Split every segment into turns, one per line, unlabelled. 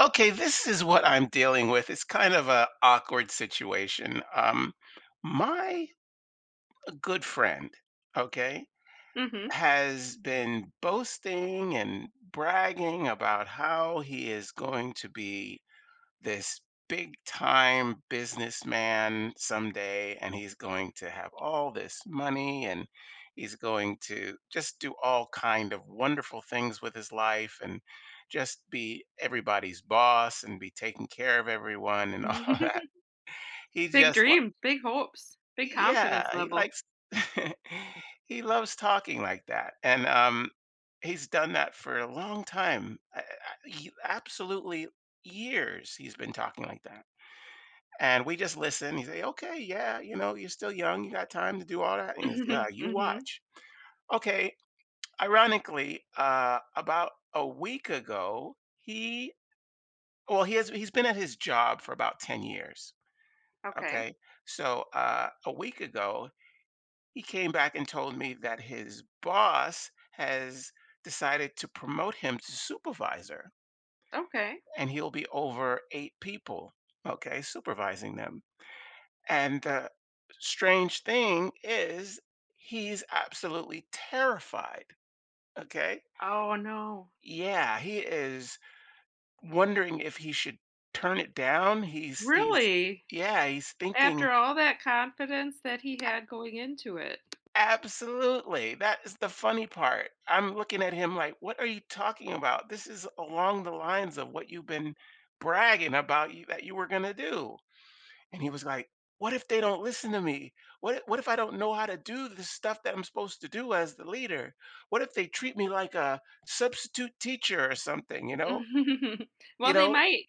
Okay, this is what I'm dealing with. It's kind of a awkward situation. My good friend, okay,
Mhm.
has been boasting and bragging about how he is going to be this big time businessman someday, and he's going to have all this money and he's going to just do all kind of wonderful things with his life and just be everybody's boss and be taking care of everyone and all that he
Big
just li-
dreams, big hopes, big confidence
yeah, he
level.
likes he loves talking like that. And he's done that for a long time. Absolutely, years he's been talking like that, and we just listen. He say, okay, yeah, you're still young. You got time to do all that. And he's, yeah,
Mhm,
you
mhm.
watch. Okay. Ironically, about a week ago, he, well, he's been at his job for about 10 years.
Okay,
Okay. So a week ago, he came back and told me that his boss has decided to promote him to supervisor,
okay.
and he'll be over 8 people. Okay. Supervising them. And the strange thing is, he's absolutely terrified. Okay.
Oh, no.
Yeah, he is wondering if he should turn it down.
Really?
Yeah, he's thinking,
After all that confidence that he had going into it?
absolutely. That is the funny part. I'm looking at him like, what are you talking about? This is along the lines of what you've been bragging about you, that you were going to do. And he was like, "What if they don't listen to me? What if I don't know how to do the stuff that I'm supposed to do as the leader? What if they treat me like a substitute teacher or something, You
Well, they
know,
might.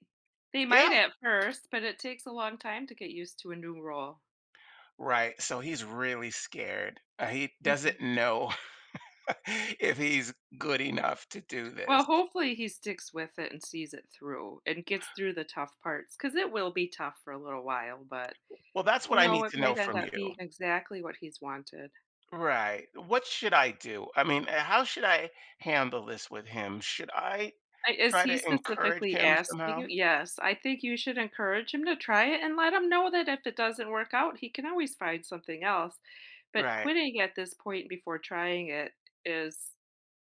They
yeah,
might at first, but it takes a long time to get used to a new role.
right. So he's really scared. He
Mhm.
doesn't know if he's good enough to do
Well,
this.
hopefully, he sticks with it and sees it through and gets through the tough parts, because it will be tough for a little while, but,
Well, that's what
you
I
know,
need
it
to know
might end
from
up
you.
being exactly what he's wanted.
Right. What should I do? I mean, how should I handle this with him? Should I
I Is
try
he
to encourage
specifically
him
asking
somehow?
you? Yes, I think you should encourage him to try it and let him know that if it doesn't work out, he can always find something else, but
Right.
quitting at this point before trying it is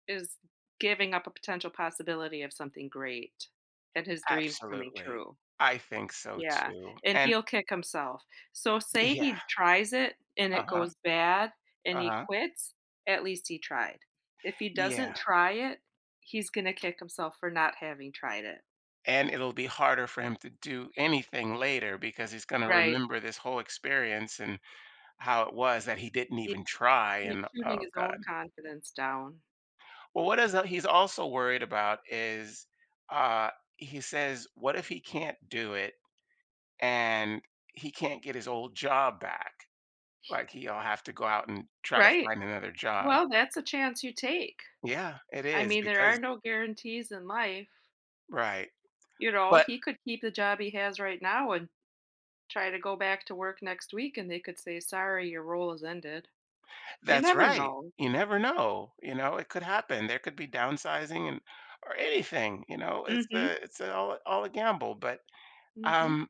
is giving up a potential possibility of something great and his dreams coming
Absolutely.
true.
I think so
Yeah,
too.
and
And
he'll kick himself. So say
yeah,
he tries it and it
uh-huh,
goes bad and he
uh-huh.
quits, at least he tried. If he
Yeah.
doesn't try it, he's gonna kick himself for not having tried it.
And it'll be harder for him to do anything later because he's going to
Right.
remember this whole experience and how it was that he didn't
He
even try.
he's
And
shooting
oh
his
God.
own confidence down.
Well, what is he's also worried about is uh he says, what if he can't do it and he can't get his old job back? Like he'll have to go out and try to
Right.
find another job.
Well, that's a chance you take.
Yeah, it
I
is
mean, there are
because
no guarantees in life.
right.
You know,
But
he could keep the job he has right now and try to go back to work next week and they could say, "Sorry, your role is ended." You
that's
never
right.
know.
You never know, it could happen. There could be downsizing and or anything, you know,
Mhm.
it's a all a gamble. But
Mhm.
um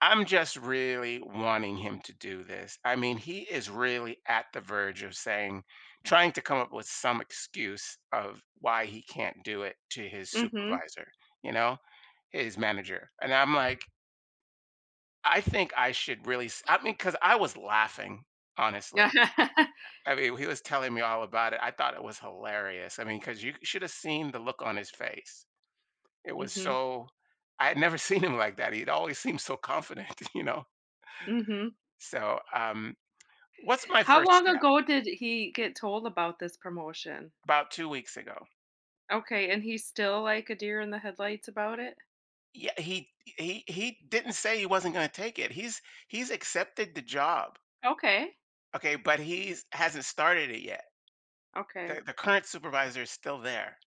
I'm just really wanting him to do this. I mean, he is really at the verge of saying, trying to come up with some excuse of why he can't do it to his
Mhm.
supervisor, you know, his manager. And I'm like, I think I should really, I mean, because I was laughing,
Yeah.
honestly, I mean, he was telling me all about it. I thought it was hilarious. I mean, because you should have seen the look on his face. It was
Mhm.
so, I had never seen him like that. He'd always seemed so confident, you know?
Mhm.
So, what's my
How
first
long
step?
ago did he get told about this promotion?
About 2 weeks ago.
Okay, and he's still like a deer in the headlights about it?
Yeah, he didn't say he wasn't going to take it. He's accepted the job.
Okay.
Okay, but he's hasn't started it yet. The,
Okay.
the current supervisor is still there,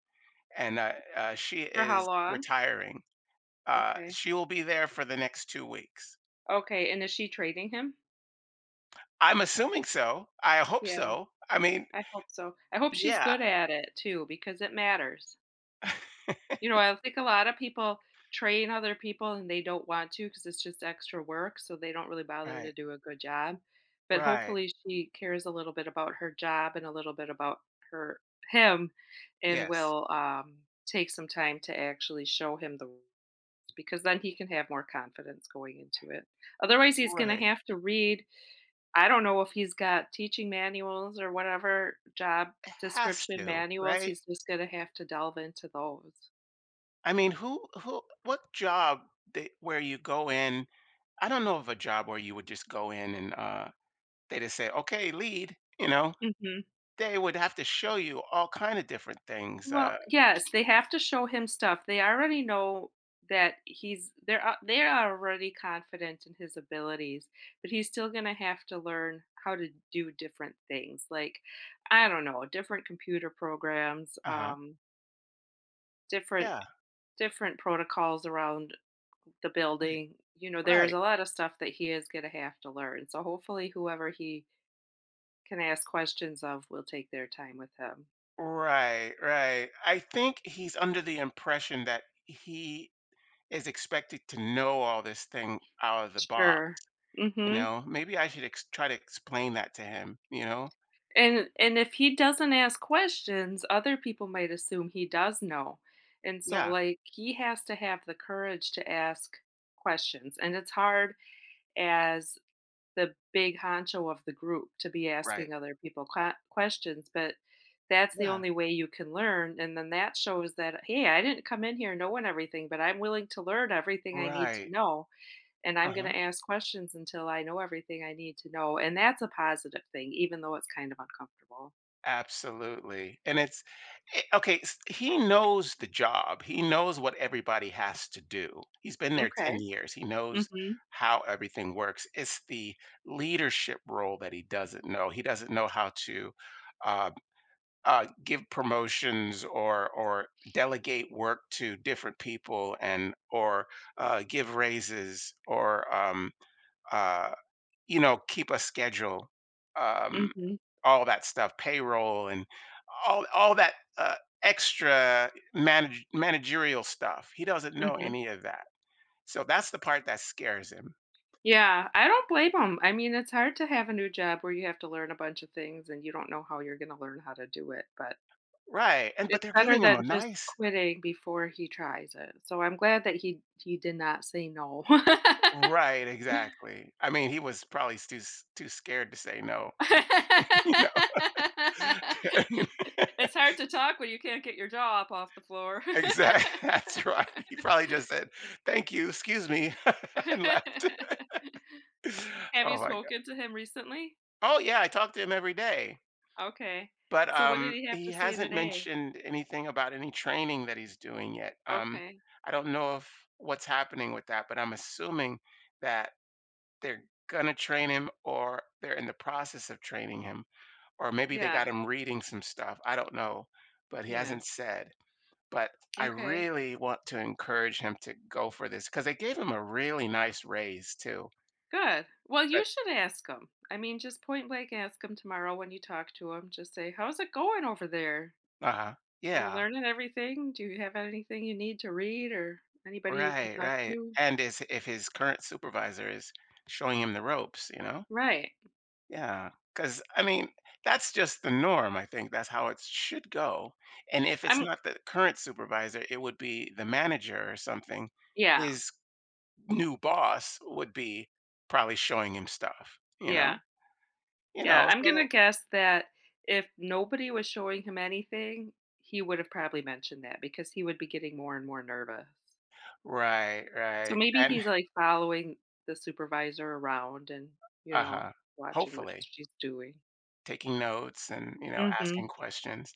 and she
For how
is
long?
retiring.
Okay.
She will be there for the next 2 weeks.
Okay, and is she training him?
I'm assuming so. I hope
Yeah,
so. I mean,
I hope so. I hope she's
yeah.
good at it too because it matters. You know, I think a lot of people train other people and they don't want to because it's just extra work, so they don't really bother to
Right.
do a good job. But
Right.
hopefully she cares a little bit about her job and a little bit about her him and
Yes.
will, take some time to actually show him the rules, because then he can have more confidence going into it. Otherwise, he's gonna
Right.
have to read I don't know if he's got teaching manuals or whatever job
It has
description
to,
manuals,
right?
he's just gonna have to delve into those.
I mean, who what job that where you go in, I don't know of a job where you would just go in and, they just say, "Okay, lead," you know?
Mhm.
They would have to show you all kind of different things.
Well,
Uh,
yes, they have to show him stuff. They already know that he's they're a they're already confident in his abilities, but he's still gonna have to learn how to do different things, like, I don't know, different computer programs,
uh-huh.
different
Yeah.
different protocols around the
Right.
building. You know, there's
Right.
a lot of stuff that he is going to have to learn. So hopefully, whoever he can ask questions of will take their time with him.
Right, right. I think he's under the impression that he is expected to know all this thing out of the box,
Sure.
you
Mm-hmm.
know? Maybe I should ex try to explain that to him, you know?
And if he doesn't ask questions, other people might assume he does know. And so
Yeah,
like he has to have the courage to ask questions. And it's hard as the big honcho of the group to be
right.
asking other people qua questions, but that's the
Yeah,
only way you can learn, and then that shows that, "Hey, I didn't come in here knowing everything, but I'm willing to learn everything I need to
right.
know, and I'm gonna
Uh-huh.
ask questions until I know everything I need to know," and that's a positive thing, even though it's kind of uncomfortable.
Absolutely. And it's okay, he knows the job. He knows what everybody has to do. He's been there 10
Okay.
years. He knows
Mhm.
how everything works. It's the leadership role that he doesn't know. He doesn't know how to uh, give promotions or delegate work to different people and or give raises or uh, you know, keep a schedule, um,
Mhm.
all that stuff, payroll and all that extra managerial stuff. He doesn't know
Mhm.
any of that, so that's the part that scares him.
Yeah, I don't blame them. I mean, it's hard to have a new job where you have to learn a bunch of things and you don't know how you're gonna learn how to do it, but
Right, and but
it's
they're
better
giving him a
than just
nice.
quitting before he tries it, so I'm glad that he did not say no.
Right, exactly. I mean, he was probably too too scared to say no.
It's hard to talk when you can't get your jaw up off the floor.
Exactly. That's right. He probably just said, "Thank you, excuse me," and left.
Have you
Oh my god.
spoken to him recently?
Oh, yeah, I talk to him every day,
Okay.
but,
So what did he have
he
to say
hasn't
today?
mentioned anything about any training that he's doing yet.
Okay.
I don't know if what's happening with that, but I'm assuming that they're gonna train him or they're in the process of training him, or maybe they got
Yeah,
him reading some stuff, I don't know, but he
yeah,
hasn't said. But I
okay.
really want to encourage him to go for this because they gave him a really nice raise too.
Good. Well, you
But
should ask them. I mean, just point blank ask them tomorrow when you talk to them. Just say, "How's it going over there?
uh
You
yeah.
learning everything? Do you have anything you need to read or anybody you can
Right,
talk
right.
to?"
And is if his current supervisor is showing him the ropes, you know?
Right.
Yeah. Cause I mean, that's just the norm. I think that's how it should go. And if it's
I'm
not the current supervisor, it would be the manager or something.
Yeah.
His new boss would be probably showing him stuff, you
Yeah.
know? You
Yeah,
know,
I'm going
so
to guess that if nobody was showing him anything, he would have probably mentioned that because he would be getting more and more nervous.
right,
So
right.
maybe
And
he's like following the supervisor around and, you know,
uh-huh.
watching what
Hopefully,
she's doing.
taking notes and, you know, asking
Mhm.
questions.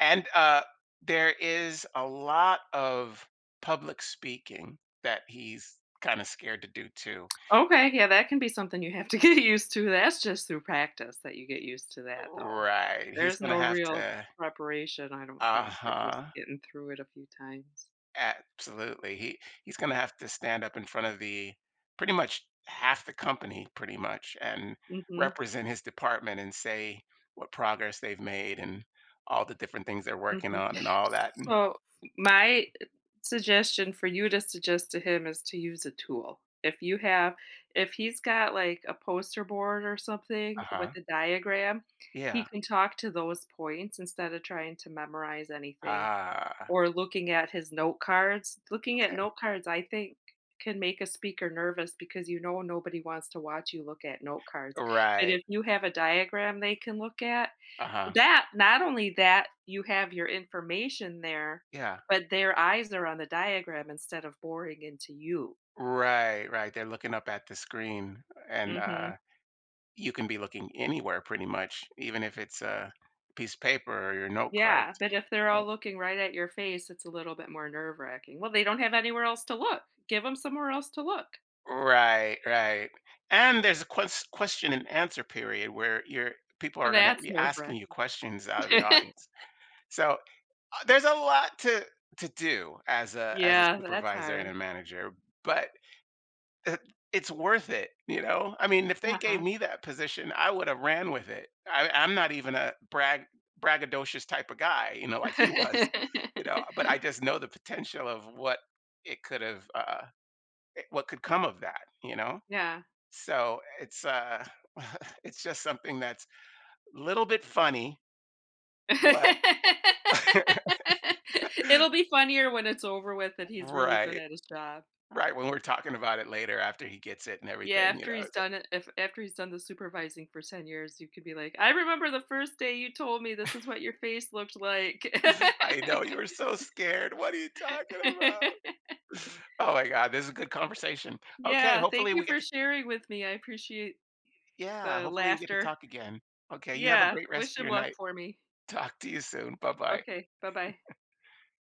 And, there is a lot of public speaking that he's kinda scared to do too.
Okay, yeah, that can be something you have to get used to. That's just through practice that you get used to that, though.
Right, he's
There's
gonna
no
have
real
to
preparation, I don't think, but just
Uh-huh,
getting through it a few times.
absolutely. He's gonna have to stand up in front of the pretty much half the company, pretty much, and
Mhm,
represent his department and say what progress they've made and all the different things they're working
mhm.
on and all that, and
So, my suggestion for you to suggest to him is to use a tool. If you have if he's got, like, a poster board or something with
uh-huh.
a diagram, he
Yeah.
can talk to those points instead of trying to memorize anything.
Ah.
Or looking at his note cards. Looking at
Okay.
note cards, I think, can make a speaker nervous because you know nobody wants to watch you look at note cards. But
Right.
if you have a diagram they can look at,
Uh-huh.
that not only that you have your information there,
Yeah.
but their eyes are on the diagram instead of boring into you.
Right, right. They're looking up at the screen and
Mhm.
you can be looking anywhere pretty much, even if it's a piece of paper or your note
Yeah,
cards.
but if they're all looking right at your face, it's a little bit more nerve-wracking. Well, they don't have anywhere else to look. Give them somewhere else to look.
Right, right. And there's a question and answer period where your people are
Well,
going to
that's
be asking you
nerve-wracking.
questions out of the audience. So there's a lot to do as a
Yeah, that's
supervisor and
hard.
a manager, but it it's worth it, you know? I mean, if they gave
Uh-huh.
me that position, I would have ran with it. I'm not even a braggadocious type of guy, you know, like he was, you know. But I just know the potential of what it could have, what could come of that, you know.
Yeah.
So it's it's just something that's a little bit funny, but
It'll be funnier when it's over with that he's really good
right,
at his job.
right. When we're talking about it later after he gets it and
Yeah,
everything, you
after
know,
he's
it's, like,
done it if after he's done the supervising for 10 years, you could be like, "I remember the first day you told me this is what your face looked like."
I know you were so scared. What are you talking about? Oh my God, this is a good conversation. Okay,
Yeah, thank
hopefully
you
we get
for
to,
sharing with me. I appreciate
yeah,
the
hopefully we get to
laughter.
talk again. Okay, you have a
Yeah,
great rest
wish
of
him
your
luck
night.
for me.
Talk to you soon. Bye bye.
Okay, bye-bye.